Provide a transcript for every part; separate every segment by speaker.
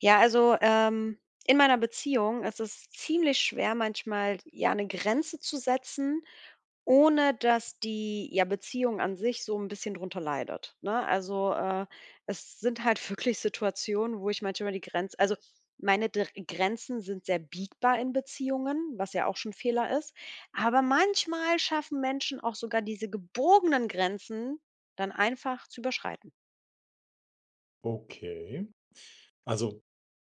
Speaker 1: Ja, also, in meiner Beziehung ist es ziemlich schwer manchmal, ja, eine Grenze zu setzen, ohne dass die, ja, Beziehung an sich so ein bisschen drunter leidet, ne? Also, es sind halt wirklich Situationen, wo ich manchmal die meine Dr Grenzen sind sehr biegbar in Beziehungen, was ja auch schon Fehler ist. Aber manchmal schaffen Menschen auch sogar diese gebogenen Grenzen dann einfach zu überschreiten,
Speaker 2: Okay. Also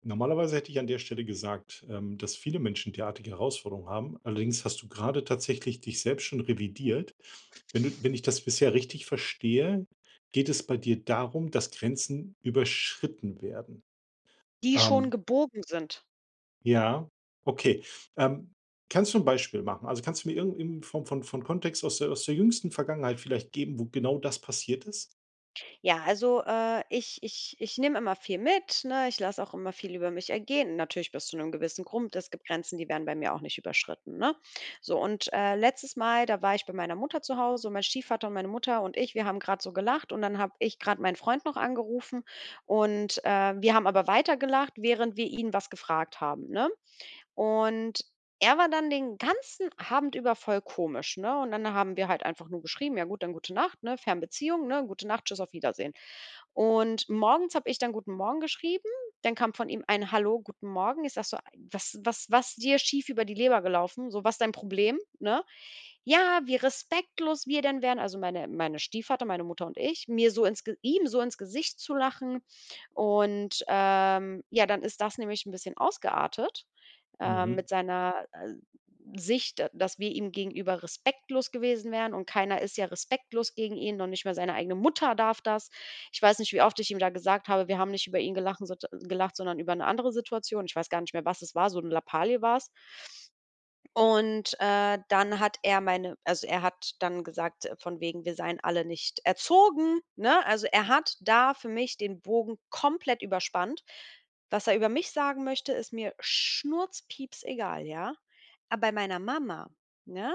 Speaker 2: normalerweise hätte ich an der Stelle gesagt, dass viele Menschen derartige Herausforderungen haben. Allerdings hast du gerade tatsächlich dich selbst schon revidiert. Wenn ich das bisher richtig verstehe, geht es bei dir darum, dass Grenzen überschritten werden.
Speaker 1: die schon
Speaker 2: Ähm,
Speaker 1: gebogen sind.
Speaker 2: ja, okay. Ähm, kannst du ein Beispiel machen? Also kannst du mir irgendeine Form von Kontext aus aus der jüngsten Vergangenheit vielleicht geben, wo genau das passiert ist?
Speaker 1: Ja, also, ich nehme immer viel mit, ne? Ich lasse auch immer viel über mich ergehen. Natürlich bis zu einem gewissen Grund. Es gibt Grenzen, die werden bei mir auch nicht überschritten, ne? So und, letztes Mal, da war ich bei meiner Mutter zu Hause und mein Stiefvater und meine Mutter und ich, wir haben gerade so gelacht und dann habe ich gerade meinen Freund noch angerufen und, wir haben aber weitergelacht, während wir ihn was gefragt haben, ne? Und er war dann den ganzen Abend über voll komisch, ne? Und dann haben wir halt einfach nur geschrieben: „Ja gut, dann gute Nacht, ne? Fernbeziehung, ne? Gute Nacht, tschüss, auf Wiedersehen.“ Und morgens habe ich dann „Guten Morgen“ geschrieben, dann kam von ihm ein „Hallo, guten Morgen.“ Ich sage so: „Was dir schief über die Leber gelaufen? So, was dein Problem, ne?“ „Ja, wie respektlos wir denn wären“, also meine Stiefvater, meine Mutter und ich, mir so ins Ge ihm so ins Gesicht zu lachen. Und, ja, dann ist das nämlich ein bisschen ausgeartet
Speaker 2: Mhm.
Speaker 1: mit seiner, Sicht, d dass wir ihm gegenüber respektlos gewesen wären und keiner ist ja respektlos gegen ihn, noch nicht mal seine eigene Mutter darf das. Ich weiß nicht, wie oft ich ihm da gesagt habe, wir haben nicht über ihn gelachen sot gelacht, sondern über eine andere Situation. Ich weiß gar nicht mehr, was es war, so 'ne Lappalie war's. Und, dann hat er meine also, er hat dann gesagt, von wegen, wir seien alle nicht erzogen, ne? Also, er hat da für mich den Bogen komplett überspannt. Was er über mich sagen möchte, ist mir schnurzpieps egal, ja? Aber bei meiner Mama, ne?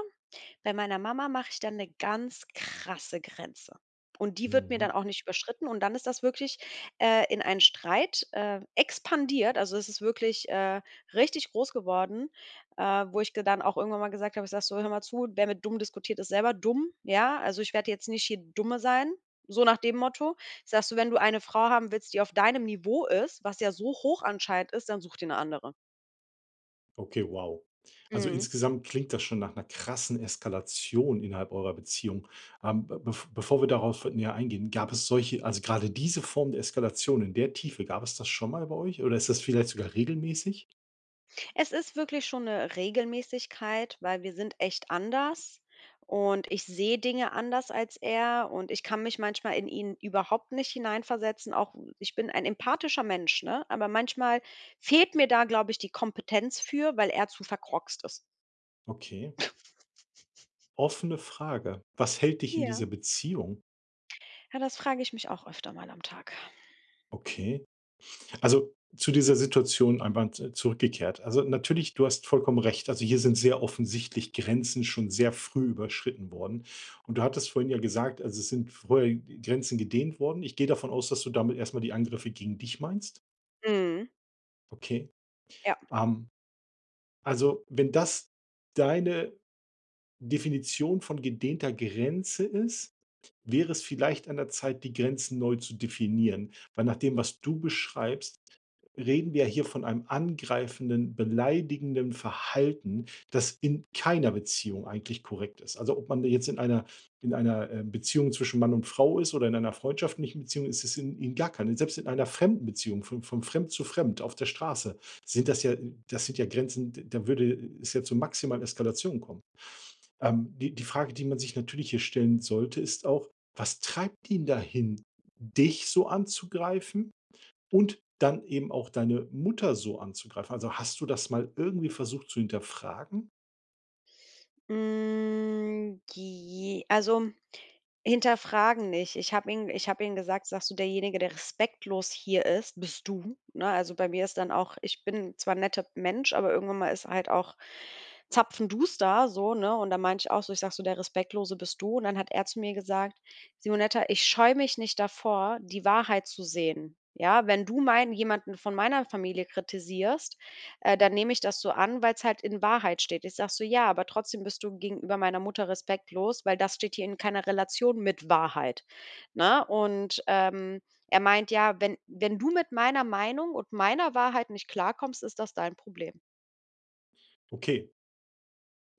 Speaker 1: Bei meiner Mama mache ich dann 'ne ganz krasse Grenze. Und die wird mir dann
Speaker 2: Mhm.
Speaker 1: auch nicht überschritten und dann ist das wirklich, in einen Streit, expandiert. Also, es ist wirklich, richtig groß geworden, wo ich ge dann auch irgendwann mal gesagt habe, ich sage so: „Hör mal zu, wer mit dumm diskutiert, ist selber dumm“, ja? Also, ich werde jetzt nicht hier Dumme sein, so nach dem Motto. Ich sage so: „Wenn du eine Frau haben willst, die auf deinem Niveau ist“, was ja so hoch anscheinend ist, dann such dir 'ne andere.
Speaker 2: Okay, wow. Also
Speaker 1: Mhm.
Speaker 2: insgesamt klingt das schon nach einer krassen Eskalation innerhalb eurer Beziehung. Be bev Bevor wir darauf näher eingehen, gab es solche, also gerade diese Form der Eskalation in der Tiefe, gab es das schon mal bei euch oder ist das vielleicht sogar regelmäßig?
Speaker 1: Es ist wirklich schon eine Regelmäßigkeit, weil wir sind echt anders und ich sehe Dinge anders als er und ich kann mich manchmal in ihn überhaupt nicht hineinversetzen. Auch ich bin ein empathischer Mensch, ne, aber manchmal fehlt mir da, glaube ich, die Kompetenz für, weil er zu verkroxt ist.
Speaker 2: Okay. Offene Frage. Was hält dich in
Speaker 1: Ja.
Speaker 2: dieser Beziehung?
Speaker 1: Ja, das frage ich mich auch öfter mal am Tag.
Speaker 2: Okay. Also, zu dieser Situation einmal z zurückgekehrt. Also, natürlich, du hast vollkommen recht. Also, hier sind sehr offensichtlich Grenzen schon sehr früh überschritten worden. Und du hattest vorhin ja gesagt, also, es sind vorher Grenzen gedehnt worden. Ich gehe davon aus, dass du damit erst mal die Angriffe gegen dich meinst?
Speaker 1: Mhm,
Speaker 2: Okay.
Speaker 1: ja.
Speaker 2: Ähm, also, wenn das deine Definition von gedehnter Grenze ist, wäre es vielleicht an der Zeit, die Grenzen neu zu definieren. Weil nach dem, was du beschreibst, reden wir hier von einem angreifenden, beleidigenden Verhalten, das in keiner Beziehung eigentlich korrekt ist. Also ob man jetzt in einer Beziehung zwischen Mann und Frau ist oder in einer freundschaftlichen Beziehung, ist es in gar keine. Selbst in einer fremden Beziehung, von fremd zu fremd auf der Straße, sind das ja, das sind ja Grenzen, da würde es ja zu maximalen Eskalationen kommen. Die, die Frage, die man sich natürlich hier stellen sollte, ist auch, was treibt ihn dahin, dich so anzugreifen? Und dann eben auch deine Mutter so anzugreifen. Also, hast du das mal irgendwie versucht zu hinterfragen?
Speaker 1: Hm, j also Hinterfragen nicht. Ich habe ihm gesagt: „Sagst du, derjenige, der respektlos hier ist, bist du“, ne? Also, bei mir ist dann auch, ich bin zwar 'n netter Mensch, aber irgendwann mal ist halt auch Zapfen du's da so, ne? Und dann meinte ich auch ich sag so: „Der Respektlose bist du.“ Und dann hat er zu mir gesagt: „Simonetta, ich scheue mich nicht davor, die Wahrheit zu sehen. Ja, wenn du meinen jemanden von meiner Familie kritisierst, dann nehme ich das so an, weil es halt in Wahrheit steht.“ Ich sag so: „Ja, aber trotzdem bist du gegenüber meiner Mutter respektlos, weil das steht hier in keiner Relation mit Wahrheit“, ne? Und, er meint: „Ja, wenn du mit meiner Meinung und meiner Wahrheit nicht klarkommst, ist das dein Problem.“
Speaker 2: Okay,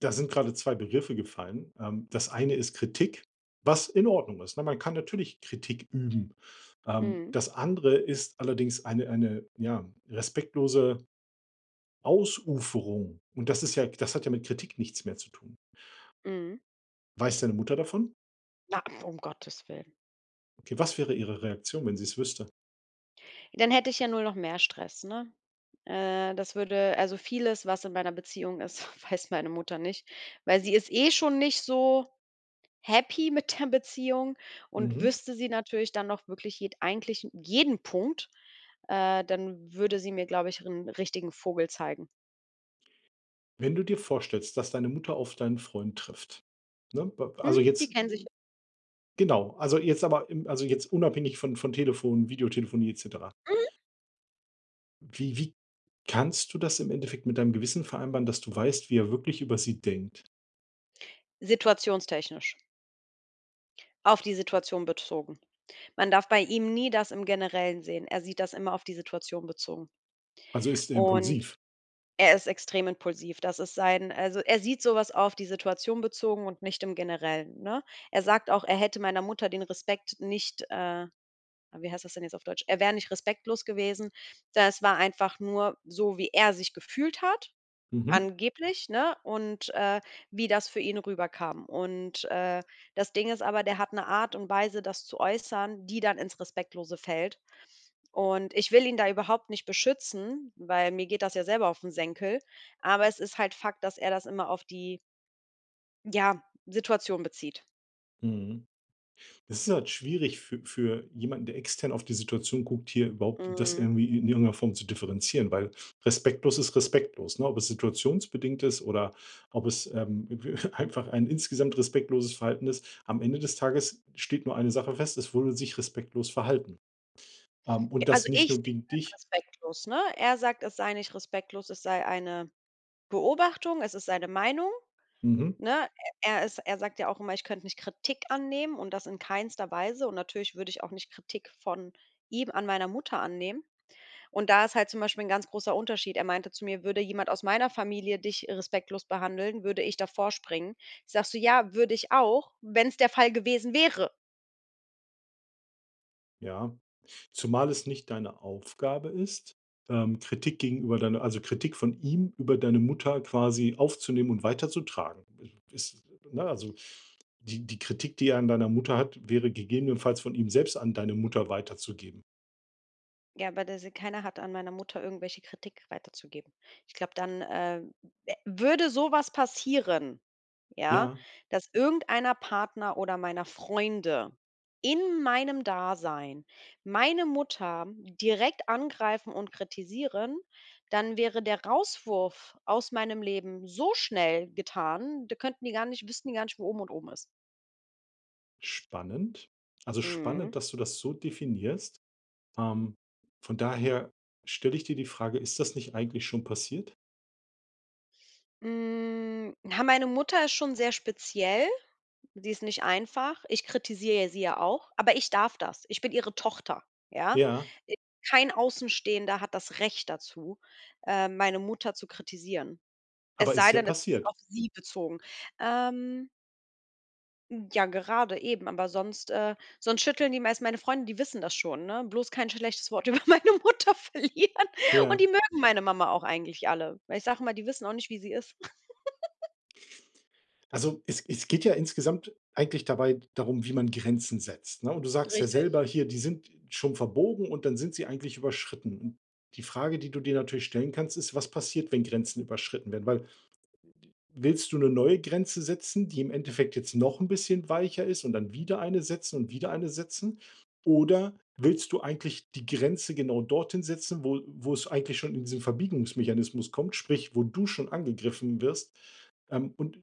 Speaker 2: da sind gerade 2 Begriffe gefallen. Das eine ist Kritik, was in Ordnung ist, ne? Man kann natürlich Kritik üben.
Speaker 1: Mhm,
Speaker 2: Das andere ist allerdings eine, ja, respektlose Ausuferung. Und das ist ja das hat ja mit Kritik nichts mehr zu tun.
Speaker 1: mhm.
Speaker 2: Weiß deine Mutter davon?
Speaker 1: Na, um Gottes Willen.
Speaker 2: Okay, was wäre ihre Reaktion, wenn sie es wüsste?
Speaker 1: Dann hätte ich ja nur noch mehr Stress, ne? Das würde also vieles, was in meiner Beziehung ist, weiß meine Mutter nicht, weil sie ist eh schon nicht so happy mit der Beziehung und
Speaker 2: Mhm.
Speaker 1: wüsste sie natürlich dann noch wirklich jed eigentlich jeden Punkt, dann würde sie mir, glaube ich, einen richtigen Vogel zeigen.
Speaker 2: Wenn du dir vorstellst, dass deine Mutter auf deinen Freund trifft, ne?
Speaker 1: „Hm,
Speaker 2: Also,
Speaker 1: die
Speaker 2: jetzt.
Speaker 1: kennen sich
Speaker 2: Genau, also jetzt aber im, also jetzt unabhängig von Telefon, Videotelefonie et cetera.
Speaker 1: hm?“
Speaker 2: Wie kannst du das im Endeffekt mit deinem Gewissen vereinbaren, dass du weißt, wie er wirklich über sie denkt?
Speaker 1: Situationstechnisch, auf die Situation bezogen. Man darf bei ihm nie das im Generellen sehen. Er sieht das immer auf die Situation bezogen.
Speaker 2: Also, ist er
Speaker 1: Und
Speaker 2: impulsiv?
Speaker 1: er ist extrem impulsiv. Das ist sein, also, er sieht sowas auf die Situation bezogen und nicht im Generellen, ne? Er sagt auch, er hätte meiner Mutter den Respekt nicht wie heißt das denn jetzt auf Deutsch? Er wäre nicht respektlos gewesen. Das war einfach nur so, wie er sich gefühlt hat,
Speaker 2: Mhm,
Speaker 1: angeblich, ne? Und, wie das für ihn rüberkam. Und, das Ding ist aber, der hat eine Art und Weise, das zu äußern, die dann ins Respektlose fällt. Und ich will ihn da überhaupt nicht beschützen, weil mir geht das ja selber auf den Senkel. Aber es ist halt Fakt, dass er das immer auf die, ja, Situation bezieht.
Speaker 2: mhm. Das ist halt schwierig für jemanden, der extern auf die Situation guckt, hier überhaupt das
Speaker 1: Mhm.
Speaker 2: irgendwie in irgendeiner Form zu differenzieren, weil respektlos ist respektlos, ne? Ob es situationsbedingt ist oder ob es, einfach ein insgesamt respektloses Verhalten ist. Am Ende des Tages steht nur eine Sache fest, es wurde sich respektlos verhalten. Und
Speaker 1: Also,
Speaker 2: das nicht
Speaker 1: ich
Speaker 2: nur
Speaker 1: sehe
Speaker 2: gegen
Speaker 1: es
Speaker 2: dich.
Speaker 1: als respektlos, ne? Er sagt, es sei nicht respektlos, es sei eine Beobachtung, es ist seine Meinung.
Speaker 2: Mhm,
Speaker 1: Ne? Er sagt ja auch immer: „Ich könnte nicht Kritik annehmen und das in keinster Weise.“ Und natürlich würde ich auch nicht Kritik von ihm an meiner Mutter annehmen. Und da ist halt zum Beispiel ein ganz großer Unterschied. Er meinte zu mir: „Würde jemand aus meiner Familie dich respektlos behandeln, würde ich davor springen.“ Ich sag so: „Ja, würde ich auch, wenn es der Fall gewesen wäre.“
Speaker 2: ja. Zumal es nicht deine Aufgabe ist, Kritik gegenüber deiner, also Kritik von ihm über deine Mutter quasi aufzunehmen und weiterzutragen. Ist, ne, also die Kritik, die er an deiner Mutter hat, wäre gegebenenfalls von ihm selbst an deine Mutter weiterzugeben.
Speaker 1: Ja, aber das, keiner hat an meiner Mutter irgendwelche Kritik weiterzugeben. Ich glaube, dann, würde sowas passieren, ja,
Speaker 2: Ja,
Speaker 1: dass irgendeiner Partner oder meiner Freunde in meinem Dasein meine Mutter direkt angreifen und kritisieren, dann wäre der Rauswurf aus meinem Leben so schnell getan, da könnten die gar nicht, wüssten die gar nicht, wo oben und oben ist.
Speaker 2: spannend. Also
Speaker 1: Mhm.
Speaker 2: spannend, dass du das so definierst. Ähm, von daher stelle ich dir die Frage, ist das nicht eigentlich schon passiert?
Speaker 1: Hm, na, meine Mutter ist schon sehr speziell. Die ist nicht einfach. Ich kritisiere sie ja auch, aber ich darf das. Ich bin ihre Tochter, ja?
Speaker 2: Ja,
Speaker 1: Äh, Kein Außenstehender hat das Recht dazu, meine Mutter zu kritisieren. Es
Speaker 2: aber
Speaker 1: sei
Speaker 2: ist ja
Speaker 1: denn, es ist
Speaker 2: passiert.
Speaker 1: auf sie bezogen. Ähm, ja, gerade eben, aber sonst sonst schütteln die meist meine Freunde, die wissen das schon, ne? Bloß kein schlechtes Wort über meine Mutter verlieren und
Speaker 2: Ja.
Speaker 1: die mögen meine Mama auch eigentlich alle. Weil ich sage mal, die wissen auch nicht, wie sie ist.
Speaker 2: Also, es geht ja insgesamt eigentlich dabei darum, wie man Grenzen setzt, ne? Und du sagst ja
Speaker 1: Richtig.
Speaker 2: selber hier, die sind schon verbogen und dann sind sie eigentlich überschritten. Und die Frage, die du dir natürlich stellen kannst, ist: Was passiert, wenn Grenzen überschritten werden? Weil willst du eine neue Grenze setzen, die im Endeffekt jetzt noch ein bisschen weicher ist und dann wieder eine setzen und wieder eine setzen? Oder willst du eigentlich die Grenze genau dorthin setzen, wo es eigentlich schon in diesen Verbiegungsmechanismus kommt, sprich, wo du schon angegriffen wirst? Ähm, und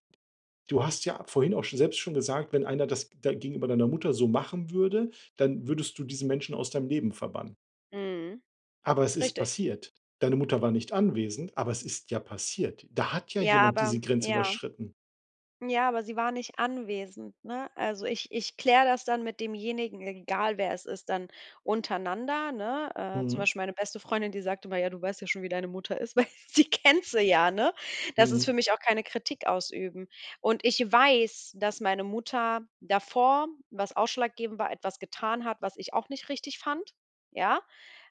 Speaker 2: Du hast ja vorhin auch schon selbst schon gesagt, wenn einer das da gegenüber deiner Mutter so machen würde, dann würdest du diesen Menschen aus deinem Leben verbannen.
Speaker 1: Mhm.
Speaker 2: Aber es ist
Speaker 1: Richtig.
Speaker 2: passiert. Deine Mutter war nicht anwesend, aber es ist ja passiert. Da hat ja
Speaker 1: Ja,
Speaker 2: jemand
Speaker 1: aber
Speaker 2: diese Grenze
Speaker 1: ja.
Speaker 2: überschritten.
Speaker 1: Ja, aber sie war nicht anwesend, ne? Also, ich kläre das dann mit demjenigen, egal wer es ist, dann untereinander, ne? Zum
Speaker 2: Mhm.
Speaker 1: Beispiel meine beste Freundin, die sagte immer: „Ja, du weißt ja schon, wie deine Mutter ist“, weil sie kennt sie ja, ne? Das ist für
Speaker 2: Mhm.
Speaker 1: mich auch keine Kritik ausüben. Und ich weiß, dass meine Mutter davor, was ausschlaggebend war, etwas getan hat, was ich auch nicht richtig fand, ja?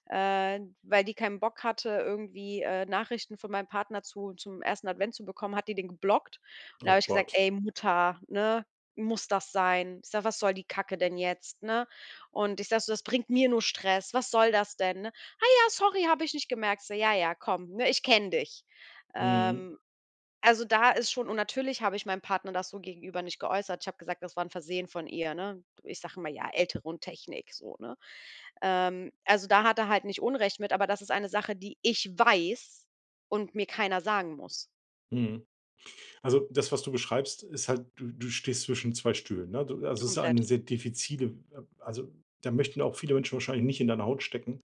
Speaker 1: Äh, weil die keinen Bock hatte, irgendwie, Nachrichten von meinem Partner zu zum ersten Advent zu bekommen, hat die den geblockt. Und da habe
Speaker 2: Oh
Speaker 1: ich gesagt:
Speaker 2: Gott.
Speaker 1: „Ey Mutter, ne, muss das sein?“ Ich sage: „Was soll die Kacke denn jetzt, ne?“ Und ich sage so: „Das bringt mir nur Stress. Was soll das denn, ne?“ „Ah ja, sorry, habe ich nicht gemerkt.“ Ich so: „Ja, ja, komm, ne, ich kenne dich.“
Speaker 2: Mhm.
Speaker 1: Ähm, also, da ist schon, und natürlich habe ich meinem Partner das so gegenüber nicht geäußert. Ich habe gesagt, das war 'n Versehen von ihr, ne? Ich sage immer: „Ja, Ältere und Technik“, so, ne? Also, da hat er halt nicht Unrecht mit, aber das ist eine Sache, die ich weiß und mir keiner sagen muss.
Speaker 2: Mhm. Also das, was du beschreibst, ist halt, du stehst zwischen zwei Stühlen. Ne? Du, also es ist
Speaker 1: Komplett.
Speaker 2: eine sehr diffizile, also da möchten auch viele Menschen wahrscheinlich nicht in deiner Haut stecken.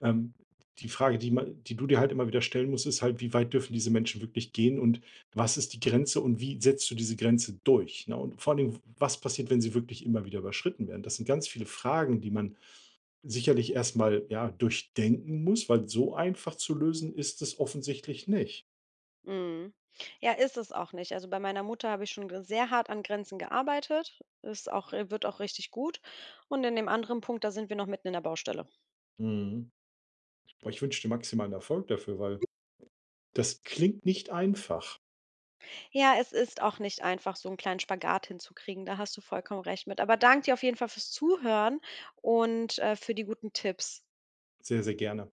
Speaker 2: Ähm, die Frage, die man, die du dir halt immer wieder stellen musst, ist halt: Wie weit dürfen diese Menschen wirklich gehen und was ist die Grenze und wie setzt du diese Grenze durch, ne? Und vor allen Dingen, was passiert, wenn sie wirklich immer wieder überschritten werden? Das sind ganz viele Fragen, die man sicherlich erst mal, ja, durchdenken muss, weil so einfach zu lösen ist es offensichtlich nicht.
Speaker 1: Mhm. Ja, ist es auch nicht. Also, bei meiner Mutter habe ich schon g sehr hart an Grenzen gearbeitet. Ist auch wird auch richtig gut. Und in dem anderen Punkt, da sind wir noch mitten in der Baustelle.
Speaker 2: Mhm. Boah, ich wünsche dir maximalen Erfolg dafür, weil das klingt nicht einfach.
Speaker 1: Ja, es ist auch nicht einfach, so einen kleinen Spagat hinzukriegen. Da hast du vollkommen recht mit. Aber danke dir auf jeden Fall fürs Zuhören und, für die guten Tipps.
Speaker 2: Sehr, sehr gerne.